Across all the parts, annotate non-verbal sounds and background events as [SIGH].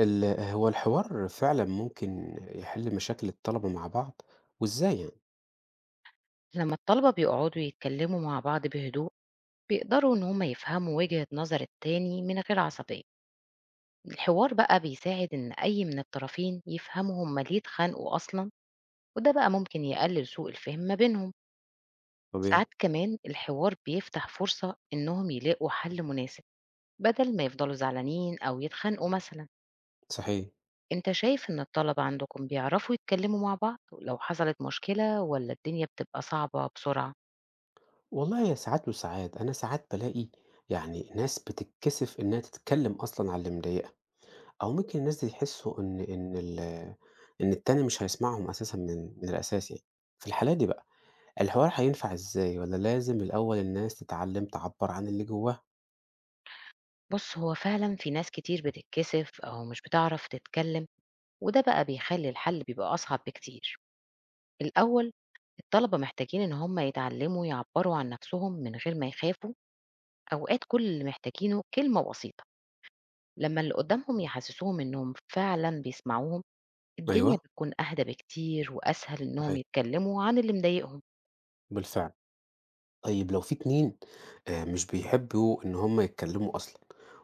هو الحوار فعلًا ممكن يحل مشاكل الطلبة مع بعض، وإزاي يعني؟ لما الطلبة بيقعدوا يتكلموا مع بعض بهدوء، بيقدروا إن هما يفهموا وجهة نظر التاني من غير عصبية. الحوار بقى بيساعد إن أي من الطرفين يفهموا هما ليه اتخانقوا أصلا، وده بقى ممكن يقلل سوء الفهم ما بينهم. ساعات طبيعي، كمان الحوار بيفتح فرصة إنهم يلاقوا حل مناسب، بدل ما يفضلوا زعلانين أو يتخانقوا مثلا. صحيح. أنت شايف إن الطلبة عندكم بيعرفوا يتكلموا مع بعض لو حصلت مشكلة، ولا الدنيا بتبقى صعبة بسرعة؟ والله هي ساعات وساعات، أنا ساعات بالاقي يعني ناس بتتكسف إنها تتكلم أصلًا على اللي مضايقها، أو ممكن الناس دي يحسوا إن التاني مش هيسمعهم أساسًا من الأساس يعني. في الحالة دي بقى، الحوار هينفع إزاي؟ والّا لازم الأول الناس تتعلم تعبّر عن اللي جواها؟ بُص، هو فعلًا في ناس كتير بتتكسف أو مش بتعرف تتكلم، وده بقى بيخلّي الحل بيبقى أصعب بكتير. الأول الطلبة محتاجين إن هم يتعلموا يعبّروا عن نفسهم من غير ما يخافوا. أوقات كل اللي محتاجينه كلمة بسيطة، لمّا اللي قدّامهم يحسسوهم إنهم فعلًا بيسمعوهم، الدنيا أيوه، بتكون أهدى بكتير وأسهل إنهم صحيح، يتكلموا عن اللي مضايقهم. بالفعل. طيب لو في اتنين مش بيحبوا إن هما يتكلموا أصلا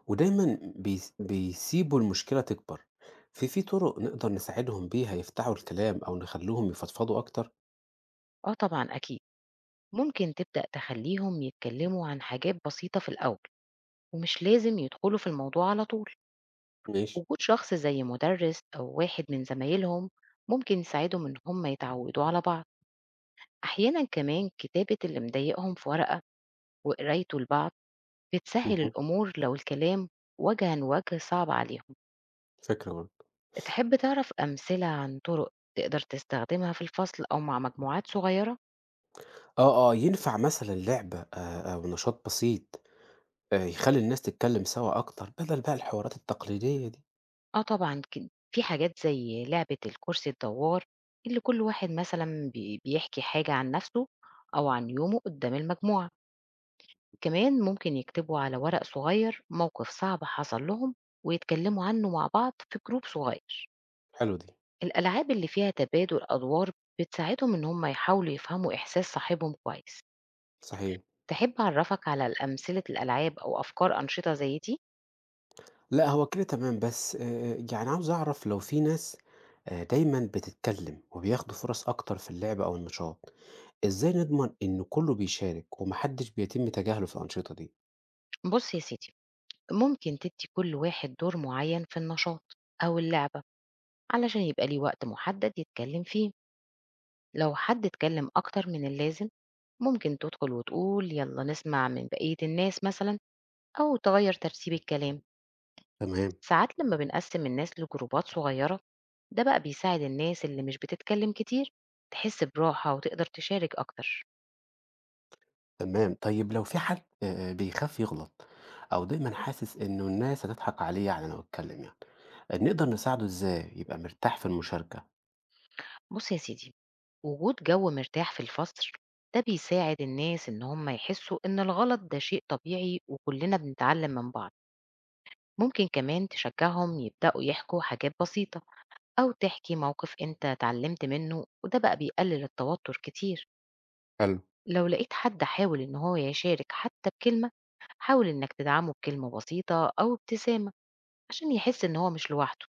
ودايما بيسيبوا المشكلة تكبر في طرق نقدر نساعدهم بيها يفتحوا الكلام أو نخلوهم يفضفضوا أكتر آه طبعًا أكيد، ممكن تبدأ تخلّيهم يتكلموا عن حاجات بسيطة في الأول، ومش لازم يدخلوا في الموضوع على طول. ماشي وجود شخص زي مدرس أو واحد من زمايلهم ممكن يساعدهم إن هم يتعودوا على بعض. أحيانا كمان كتابة اللي مضايقهم في ورقة وقرايته لبعض بتسهل مهم. الأمور لو الكلام وجها لوجه صعب عليهم. فكرة برضه تحب تعرف أمثلة عن طرق تقدر تستخدمها في الفصل أو مع مجموعات صغيرة؟ ينفع مثلا لعبة أو نشاط بسيط يخلي الناس تتكلم سوا أكتر بدل بقى الحوارات التقليدية دي آه طبعا في حاجات زي لعبة الكرسي الدوار اللي كل واحد مثلا بيحكي حاجة عن نفسه أو عن يومه قدام المجموعة. كمان ممكن يكتبوا على ورق صغير موقف صعب حصل لهم ويتكلموا عنه مع بعض في جروب صغير. حلو دي الألعاب اللي فيها تبادل أدوار بتساعدهم إن هم يحاولوا يفهموا إحساس صاحبهم كويس. صحيح تحب أعرفك على أمثلة الألعاب أو أفكار أنشطة زي دي؟ لأ هو كده تمام، بس يعني عاوز أعرف لو في ناس دايمًا بتتكلم وبياخدوا فرص أكتر في اللعب أو النشاط، إزاي نضمن إن كله بيشارك ومحدش بيتم تجاهله في الأنشطة دي؟ بص يا سيدي، ممكن تدي كل واحد دور معين في النشاط أو اللعبة علشان يبقى ليه وقت محدد يتكلم فيه. لو حد اتكلم أكتر من اللازم، ممكن تدخل وتقول يلا نسمع من بقية الناس مثلا، أو تغير ترتيب الكلام. تمام، ساعات لما بنقسم الناس لجروبات صغيرة، ده بقى بيساعد الناس اللي مش بتتكلم كتير تحس براحة وتقدر تشارك أكتر. تمام. طيب لو في حد بيخاف يغلط أو دايمًا حاسس إنه الناس هتضحك عليه يعني لو اتكلم يعني، نقدر نساعده إزاي يبقى مرتاح في المشاركة؟ بص يا سيدي، وجود جو مرتاح في الفصل ده بيساعد الناس إن هم يحسوا إن الغلط ده شيء طبيعي وكلنا بنتعلم من بعض. ممكن كمان تشجعهم يبدأوا يحكوا حاجات بسيطة، أو تحكي موقف أنت اتعلمت منه، وده بقى بيقلل التوتر كتير. حلو. لو لقيت حد حاول إن هو يشارك حتى بكلمة، حاول إنك تدعمه بكلمة بسيطة أو ابتسامة عشان يحس إن هو مش لوحده.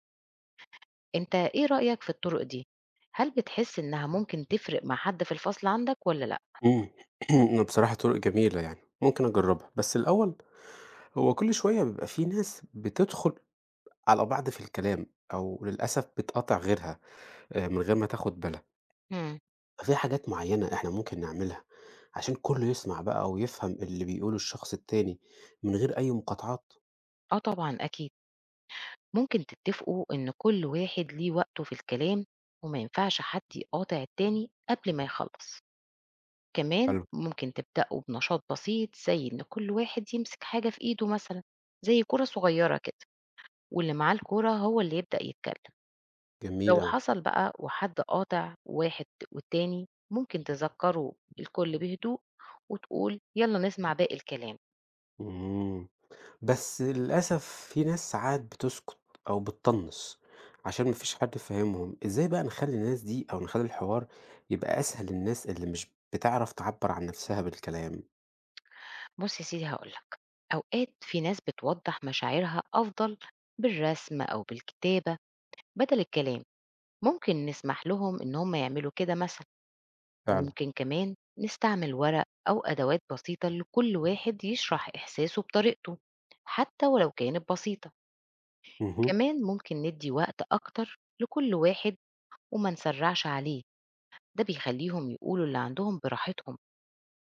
أنت إيه رأيك في الطرق دي؟ هل بتحس إنها ممكن تفرق مع حد في الفصل عندك ولا لأ؟ إمم، هي [CLEARS THROAT] بصراحة طرق جميلة يعني، ممكن أجربها، بس الأول هو كل شوية بيبقى في ناس بتدخل على بعض في الكلام، أو للأسف بتقاطع غيرها من غير ما تاخد بالها، مم. ففي حاجات معيّنة إحنا ممكن نعملها عشان كلّه يسمع بقى ويفهم اللي بيقوله الشخص التاني من غير أي مقاطعات. آه طبعا أكيد، ممكن تتفقوا إن كل واحد ليه وقته في الكلام، وما ينفعش حد يقاطع التاني قبل ما يخلص. كمان حلو. ممكن تبدأوا بنشاط بسيط زي إن كل واحد يمسك حاجة في إيده مثلا، زي كرة صغيرة كده، واللي معاه الكورة هو اللي يبدأ يتكلم. جميل لو أوي. حصل بقى وحد قاطع واحد والتاني، ممكن تذكروا الكل بهدوء وتقول يلا نسمع باقي الكلام. إمم. بس للأسف في ناس ساعات بتسكت أو بتطنّش عشان ما فيش حد فاهمهم، إزاي بقى نخلّي الناس دي أو نخلّي الحوار يبقى أسهل للناس اللي مش بتعرف تعبّر عن نَفْسها بالكلام؟ بص يا سيدي، هقولك، أوقات في ناس بتوضح مشاعرها أفضل بالرسم أو بالكتابة بدل الكلام. ممكن نسمح لهم إن هم يعملوا كده مثلا. فعلًا. وممكن كمان نستعمل ورق أو أدوات بسيطة لكل واحد يشرح إحساسه بطريقته، حتى ولو كانت بسيطة. اهم. كمان ممكن ندي وقت أكتر لكل واحد وما نسرعش عليه، ده بيخليهم يقولوا اللي عندهم براحتهم.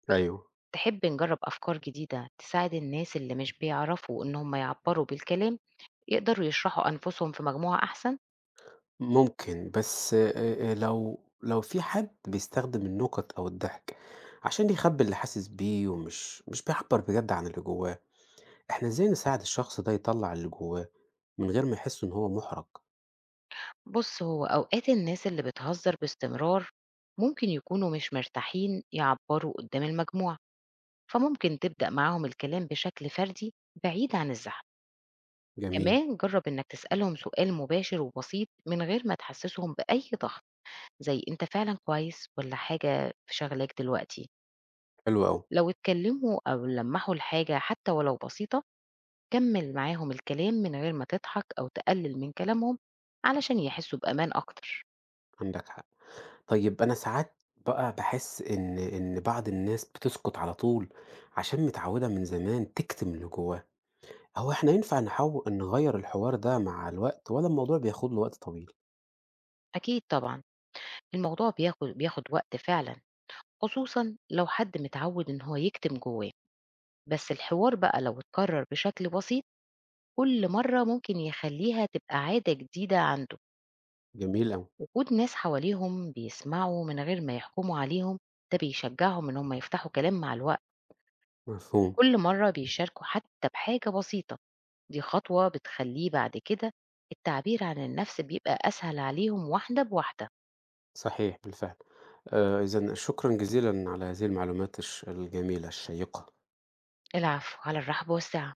أيوه. تحب نجرب أفكار جديدة تساعد الناس اللي مش بيعرفوا إن هم يعبروا بالكلام يقدروا يشرحوا أنفسهم في مجموعة أحسن؟ ممكن، بس لو في حد بيستخدم النكت أو الضحك عشان يخبّي اللي حاسس بيه ومش مش بيعبّر بجد عن اللي جواه، إحنا إزاي نساعد الشخص ده يطلّع اللي جواه من غير ما يحس إن هو مُحرَج؟ بص، هو أوقات الناس اللي بتهزر باستمرار ممكن يكونوا مش مرتاحين يعبروا قدام المجموعة، فممكن تبدأ معاهم الكلام بشكل فردي بعيد عن الزحمة. جميل، كمان جرب إنك تسألهم سؤال مباشر وبسيط من غير ما تحسسهم بأي ضغط، زي أنت فعلًا كويس والّا حاجة شاغلاك دلوقتي؟ حلو أوي، لو اتكلموا أو لمّحوا لحاجة حتى ولو بسيطة، كمّل معاهم الكلام من غير ما تضحك أو تقلل من كلامهم علشان يحسوا بأمان أكتر. عندك حق. طيب أنا ساعات بقى باحس إن بعض الناس بتسكُت على طول عشان متعوّدة من زمان تكتم اللي جواها، هو إحنا ينفع نحو نغيّر الحوار ده مع الوقت والّا الموضوع بياخد له وقت طويل؟ أكيد طبعًا، الموضوع بياخد وقت فعلًا، خصوصًا لو حد متعود إن هو يكتم جواه، بس الحوار بقى لو اتكرر بشكل بسيط كل مرّة ممكن يخلّيها تبقى عادة جديدة عنده. جميل أوي، وجود ناس حواليهم بيسمعوا من غير ما يحكموا عليهم ده بيشجعهم إن هم يفتحوا كلام مع الوقت. مفهوم. كل مرة بيشاركوا حتى بحاجة بسيطة، دي خطوة بتخليه بعد كده التعبير عن النفس بيبقى أسهل عليهم واحدة بواحدة. صحيح بالفعل. إذًا شكرًا جزيلًا على هذه المعلومات الجميلة الشيقة. العفو، على الرحب والسعة.